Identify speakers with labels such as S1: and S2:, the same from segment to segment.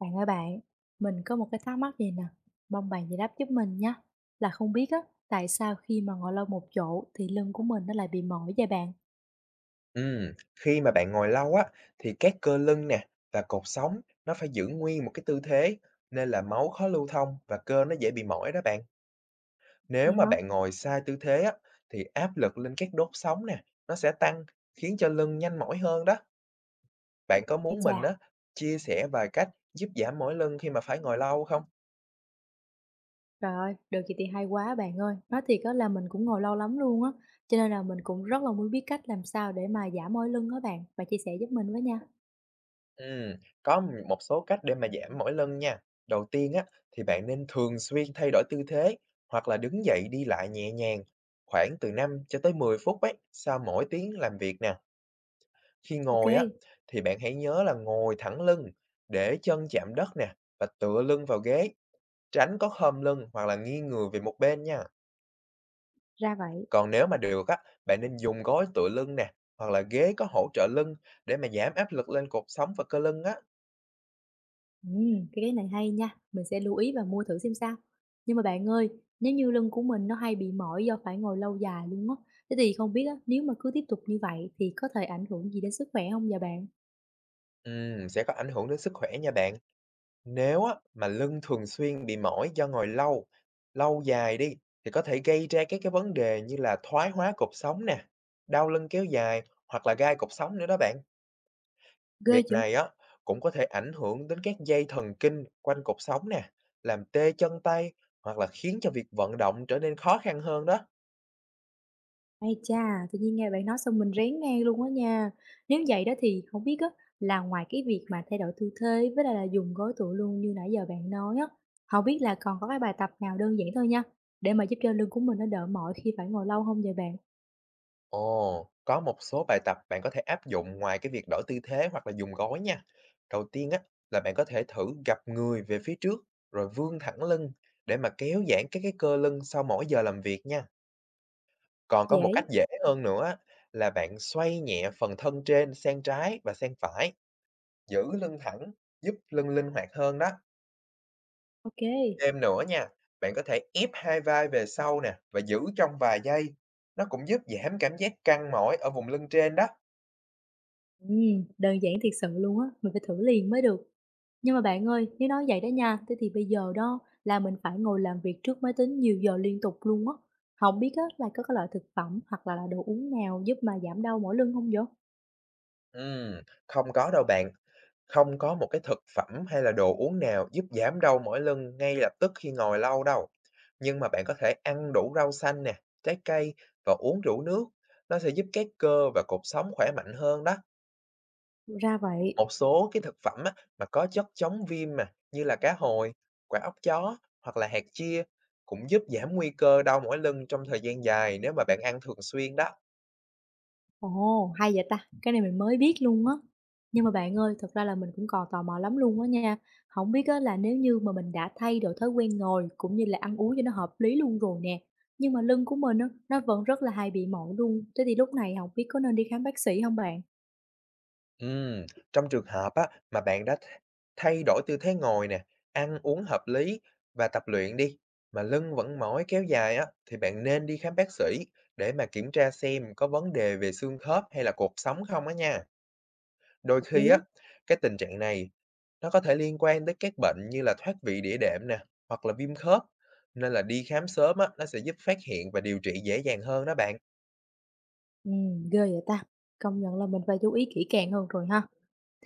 S1: Bạn ơi bạn, mình có một cái thắc mắc gì nè, mong bạn giải đáp giúp mình nhé. Là không biết á, tại sao khi mà ngồi lâu một chỗ thì lưng của mình nó lại bị mỏi vậy bạn?
S2: Ừm, khi mà bạn ngồi lâu á, thì các cơ lưng nè và cột sống nó phải giữ nguyên một cái tư thế, nên là máu khó lưu thông và cơ nó dễ bị mỏi đó bạn. Nếu
S1: Nghe
S2: mà
S1: hả?
S2: bạn ngồi sai tư thế á, thì áp lực lên các đốt sống nè, nó sẽ tăng, khiến cho lưng nhanh mỏi hơn đó. Bạn có
S1: Ê
S2: muốn
S1: chà,
S2: mình á, chia sẻ vài cách giúp giảm mỏi lưng khi mà phải ngồi lâu không?
S1: trời ơi, được gì thì hay quá bạn ơi. Nói thiệt á là mình cũng ngồi lâu lắm luôn á, cho nên là mình cũng rất là muốn biết cách làm sao để mà giảm mỏi lưng á bạn. Bạn chia sẻ giúp mình với nha.
S2: Ừm, có một số cách để mà giảm mỏi lưng nha. Đầu tiên á, thì bạn nên thường xuyên thay đổi tư thế hoặc là đứng dậy đi lại nhẹ nhàng khoảng từ 5 cho tới 10 phút ấy, sau mỗi tiếng làm việc nè. Khi
S1: Ok,
S2: ngồi á, thì bạn hãy nhớ là ngồi thẳng lưng, để chân chạm đất nè và tựa lưng vào ghế, tránh có khom lưng hoặc là nghiêng người về một bên nha.
S1: ra vậy.
S2: Còn nếu mà được á, bạn nên dùng gối tựa lưng nè, hoặc là ghế có hỗ trợ lưng để mà giảm áp lực lên cột sống và cơ lưng á.
S1: Cái này hay nha, mình sẽ lưu ý và mua thử xem sao. Nhưng mà bạn ơi, nếu như lưng của mình nó hay bị mỏi do phải ngồi lâu dài luôn á, thế thì không biết á, nếu mà cứ tiếp tục như vậy thì có thể ảnh hưởng gì đến sức khỏe không dạ bạn?
S2: Sẽ có ảnh hưởng đến sức khỏe nha bạn. Nếu á, mà lưng thường xuyên bị mỏi do ngồi lâu, lâu dài đi, thì có thể gây ra các cái vấn đề như là thoái hóa cột sống nè, đau lưng kéo dài hoặc là gai cột sống nữa đó bạn.
S1: Ghê
S2: Việc
S1: chưa?
S2: này á, cũng có thể ảnh hưởng đến các dây thần kinh quanh cột sống nè, làm tê chân tay hoặc là khiến cho việc vận động trở nên khó khăn hơn đó.
S1: Ai chà, tự nhiên nghe bạn nói xong mình rén ngang luôn á nha. Nếu vậy đó thì không biết á, là ngoài cái việc mà thay đổi tư thế với lại là dùng gối tựa luôn như nãy giờ bạn nói á, không biết là còn có cái bài tập nào đơn giản thôi nha, để mà giúp cho lưng của mình nó đỡ mỏi khi phải ngồi lâu không dạ bạn?
S2: Ồ, có một số bài tập bạn có thể áp dụng ngoài cái việc đổi tư thế hoặc là dùng gối nha. Đầu tiên á là bạn có thể thử gập người về phía trước rồi vươn thẳng lưng để mà kéo giãn các cái cơ lưng sau mỗi giờ làm việc nha. Còn có một
S1: Dễ.
S2: cách dễ hơn nữa á, là bạn xoay nhẹ phần thân trên sang trái và sang phải, giữ lưng thẳng, giúp lưng linh hoạt hơn đó.
S1: Ok.
S2: Thêm nữa nha, bạn có thể ép hai vai về sau nè và giữ trong vài giây. Nó cũng giúp giảm cảm giác căng mỏi ở vùng lưng trên đó.
S1: Đơn giản thiệt sự luôn á, mình phải thử liền mới được. Nhưng mà bạn ơi, nếu nói vậy đó nha, thế thì bây giờ đó là mình phải ngồi làm việc trước máy tính nhiều giờ liên tục luôn á. Không biết á là có cái loại thực phẩm hoặc là đồ uống nào giúp mà giảm đau mỏi lưng không vậy?
S2: Ừm, không có đâu bạn, không có một cái thực phẩm hay là đồ uống nào giúp giảm đau mỏi lưng ngay lập tức khi ngồi lâu đâu. Nhưng mà bạn có thể ăn đủ rau xanh nè, trái cây và uống đủ nước, nó sẽ giúp các cơ và cột sống khỏe mạnh hơn đó.
S1: Ra vậy.
S2: Một số cái thực phẩm á, mà có chất chống viêm mà như là cá hồi, quả óc chó hoặc là hạt chia cũng giúp giảm nguy cơ đau mỏi lưng trong thời gian dài nếu mà bạn ăn thường xuyên đó.
S1: Ồ, hay vậy ta, cái này mình mới biết luôn á. Nhưng mà bạn ơi, thật ra là mình cũng còn tò mò lắm luôn á nha. Không biết á là nếu như mà mình đã thay đổi thói quen ngồi cũng như là ăn uống cho nó hợp lý luôn rồi nè, nhưng mà lưng của mình á, nó vẫn rất là hay bị mỏi luôn. Thế thì lúc này không biết có nên đi khám bác sĩ không bạn?
S2: Ừm, trong trường hợp á, mà bạn đã thay đổi tư thế ngồi nè, ăn uống hợp lý và tập luyện đi, mà lưng vẫn mỏi kéo dài á, thì bạn nên đi khám bác sĩ để mà kiểm tra xem có vấn đề về xương khớp hay là cột sống không á nha. Đôi
S1: Hợp
S2: khi á,
S1: lý.
S2: cái tình trạng này nó có thể liên quan tới các bệnh như là thoát vị đĩa đệm nè, hoặc là viêm khớp, nên là đi khám sớm á, nó sẽ giúp phát hiện và điều trị dễ dàng hơn đó bạn.
S1: Ghê vậy ta. Công nhận là mình phải chú ý kỹ càng hơn rồi ha.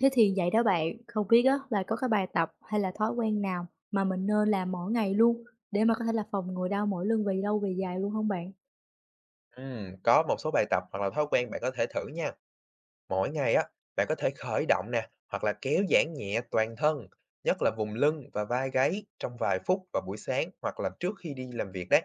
S1: Thế thì vậy đó bạn, không biết á là có cái bài tập hay là thói quen nào mà mình nên làm mỗi ngày luôn để mà có thể là phòng ngừa đau mỏi lưng về lâu về dài luôn không bạn?
S2: Có một số bài tập hoặc là thói quen bạn có thể thử nha. Mỗi ngày á, bạn có thể khởi động nè, hoặc là kéo giãn nhẹ toàn thân, nhất là vùng lưng và vai gáy trong vài phút vào buổi sáng hoặc là trước khi đi làm việc đấy.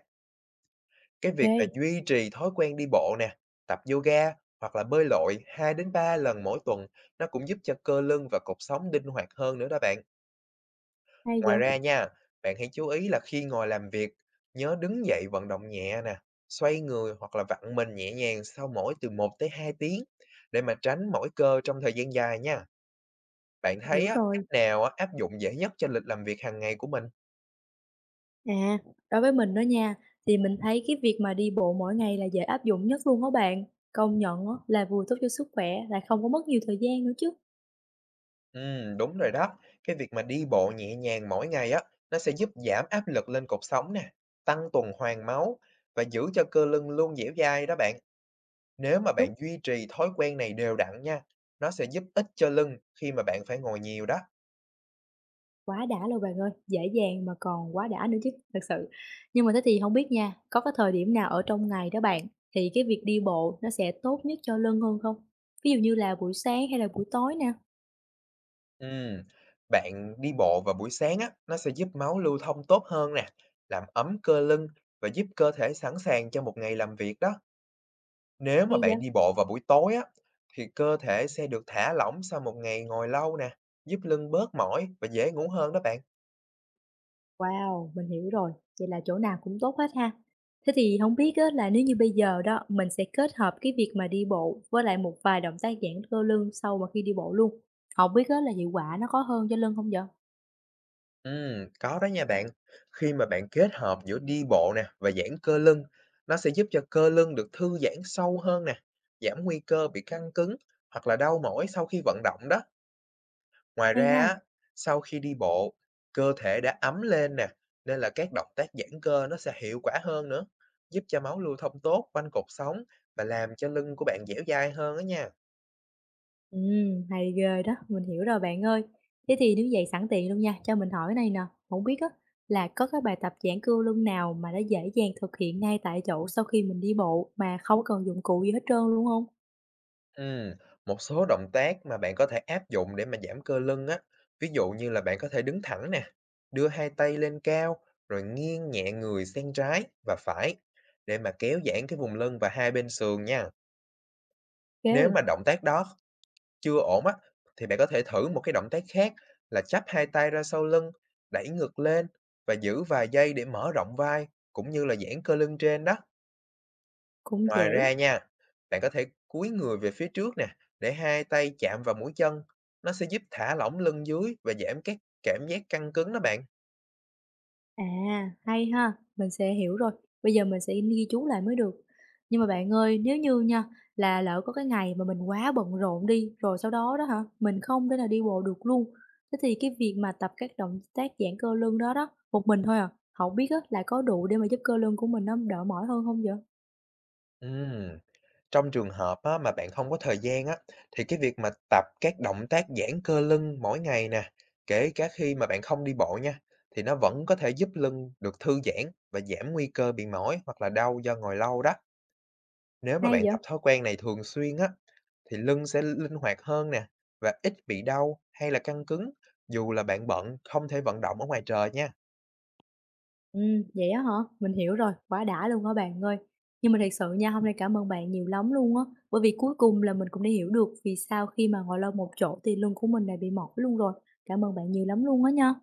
S2: Cái việc là
S1: OK,
S2: duy trì thói quen đi bộ nè, tập yoga hoặc là bơi lội 2 đến 3 lần mỗi tuần, nó cũng giúp cho cơ lưng và cột sống linh hoạt hơn nữa đó bạn.
S1: hay vậy,
S2: Ngoài ra nha, bạn hãy chú ý là khi ngồi làm việc, nhớ đứng dậy vận động nhẹ nè, xoay người hoặc là vặn mình nhẹ nhàng sau mỗi từ 1 tới 2 tiếng để mà tránh mỏi cơ trong thời gian dài nha. Bạn
S1: hiểu
S2: thấy á,
S1: rồi.
S2: cách nào á, áp dụng dễ nhất cho lịch làm việc hàng ngày của mình?
S1: À, đối với mình đó nha, thì mình thấy cái việc mà đi bộ mỗi ngày là dễ áp dụng nhất luôn đó bạn. Công nhận á, là vừa tốt cho sức khỏe, lại không có mất nhiều thời gian nữa chứ.
S2: Đúng rồi đó. Cái việc mà đi bộ nhẹ nhàng mỗi ngày á, nó sẽ giúp giảm áp lực lên cột sống nè, tăng tuần hoàn máu và giữ cho cơ lưng luôn dẻo dai đó bạn. Nếu mà
S1: Đúng,
S2: bạn duy trì thói quen này đều đặn nha, nó sẽ giúp ích cho lưng khi mà bạn phải ngồi nhiều đó.
S1: quá đã luôn bạn ơi, dễ dàng mà còn quá đã nữa chứ, thật sự. Nhưng mà thế thì không biết nha, có cái thời điểm nào ở trong ngày đó bạn, thì cái việc đi bộ nó sẽ tốt nhất cho lưng hơn không? Ví dụ như là buổi sáng hay là buổi tối nè,
S2: Ừm, bạn đi bộ vào buổi sáng á, nó sẽ giúp máu lưu thông tốt hơn nè, làm ấm cơ lưng và giúp cơ thể sẵn sàng cho một ngày làm việc đó. Nếu mà
S1: hay
S2: bạn
S1: vậy?
S2: đi bộ vào buổi tối á, thì cơ thể sẽ được thả lỏng sau một ngày ngồi lâu nè, giúp lưng bớt mỏi và dễ ngủ hơn đó bạn.
S1: Wow, mình hiểu rồi, vậy là chỗ nào cũng tốt hết ha. Thế thì không biết á là nếu như bây giờ đó, mình sẽ kết hợp cái việc mà đi bộ với lại một vài động tác giãn cơ lưng sau mà khi đi bộ luôn, không biết á là hiệu quả nó có hơn cho lưng không vậy?
S2: Có đó nha bạn. Khi mà bạn kết hợp giữa đi bộ nè và giãn cơ lưng, nó sẽ giúp cho cơ lưng được thư giãn sâu hơn nè, giảm nguy cơ bị căng cứng hoặc là đau mỏi sau khi vận động đó. Ngoài
S1: Hay
S2: ra
S1: ha.
S2: á, sau khi đi bộ, cơ thể đã ấm lên nè, nên là các động tác giãn cơ nó sẽ hiệu quả hơn nữa, giúp cho máu lưu thông tốt quanh cột sống và làm cho lưng của bạn dẻo dai hơn đó nha.
S1: Ừ, hay ghê đó, mình hiểu rồi bạn ơi. Thế thì nếu vậy sẵn tiện luôn nha, cho mình hỏi này nè, không biết á là có cái bài tập giãn cơ lưng nào mà nó dễ dàng thực hiện ngay tại chỗ sau khi mình đi bộ mà không cần dụng cụ gì hết trơn luôn không?
S2: Ừm, một số động tác mà bạn có thể áp dụng để mà giảm cơ lưng á, ví dụ như là bạn có thể đứng thẳng nè, đưa hai tay lên cao, rồi nghiêng nhẹ người sang trái và phải để mà kéo giãn cái vùng lưng và hai bên sườn nha. Nếu
S1: Ok,
S2: mà động tác đó chưa ổn á, thì bạn có thể thử một cái động tác khác là chắp hai tay ra sau lưng, đẩy ngược lên và giữ vài giây để mở rộng vai cũng như là giãn cơ lưng trên đó.
S1: cũng
S2: Ngoài
S1: dễ.
S2: ra nha, bạn có thể cúi người về phía trước nè, để hai tay chạm vào mũi chân. Nó sẽ giúp thả lỏng lưng dưới và giảm các cảm giác căng cứng đó bạn.
S1: À, hay ha, mình sẽ hiểu rồi. Bây giờ mình sẽ ghi chú lại mới được. Nhưng mà bạn ơi, nếu như nha, là lỡ có cái ngày mà mình quá bận rộn đi, rồi sau đó đó hả, mình không thể nào đi bộ được luôn. Thế thì cái việc mà tập các động tác giãn cơ lưng đó đó, một mình thôi à, không biết á, là có đủ để mà giúp cơ lưng của mình nó đỡ mỏi hơn không vậy?
S2: Ừm. Trong trường hợp á, mà bạn không có thời gian á, thì cái việc mà tập các động tác giãn cơ lưng mỗi ngày nè, kể cả khi mà bạn không đi bộ nha, thì nó vẫn có thể giúp lưng được thư giãn và giảm nguy cơ bị mỏi hoặc là đau do ngồi lâu đó. Nếu mà
S1: Hay
S2: bạn
S1: vậy?
S2: tập thói quen này thường xuyên á, thì lưng sẽ linh hoạt hơn nè và ít bị đau hay là căng cứng dù là bạn bận không thể vận động ở ngoài trời nha.
S1: Vậy á hả? Mình hiểu rồi, quá đã luôn á bạn ơi. Nhưng mà thật sự nha, hôm nay cảm ơn bạn nhiều lắm luôn á, bởi vì cuối cùng là mình cũng đã hiểu được vì sao khi mà ngồi lâu một chỗ thì lưng của mình đã bị mỏi luôn rồi. Cảm ơn bạn nhiều lắm luôn á nha.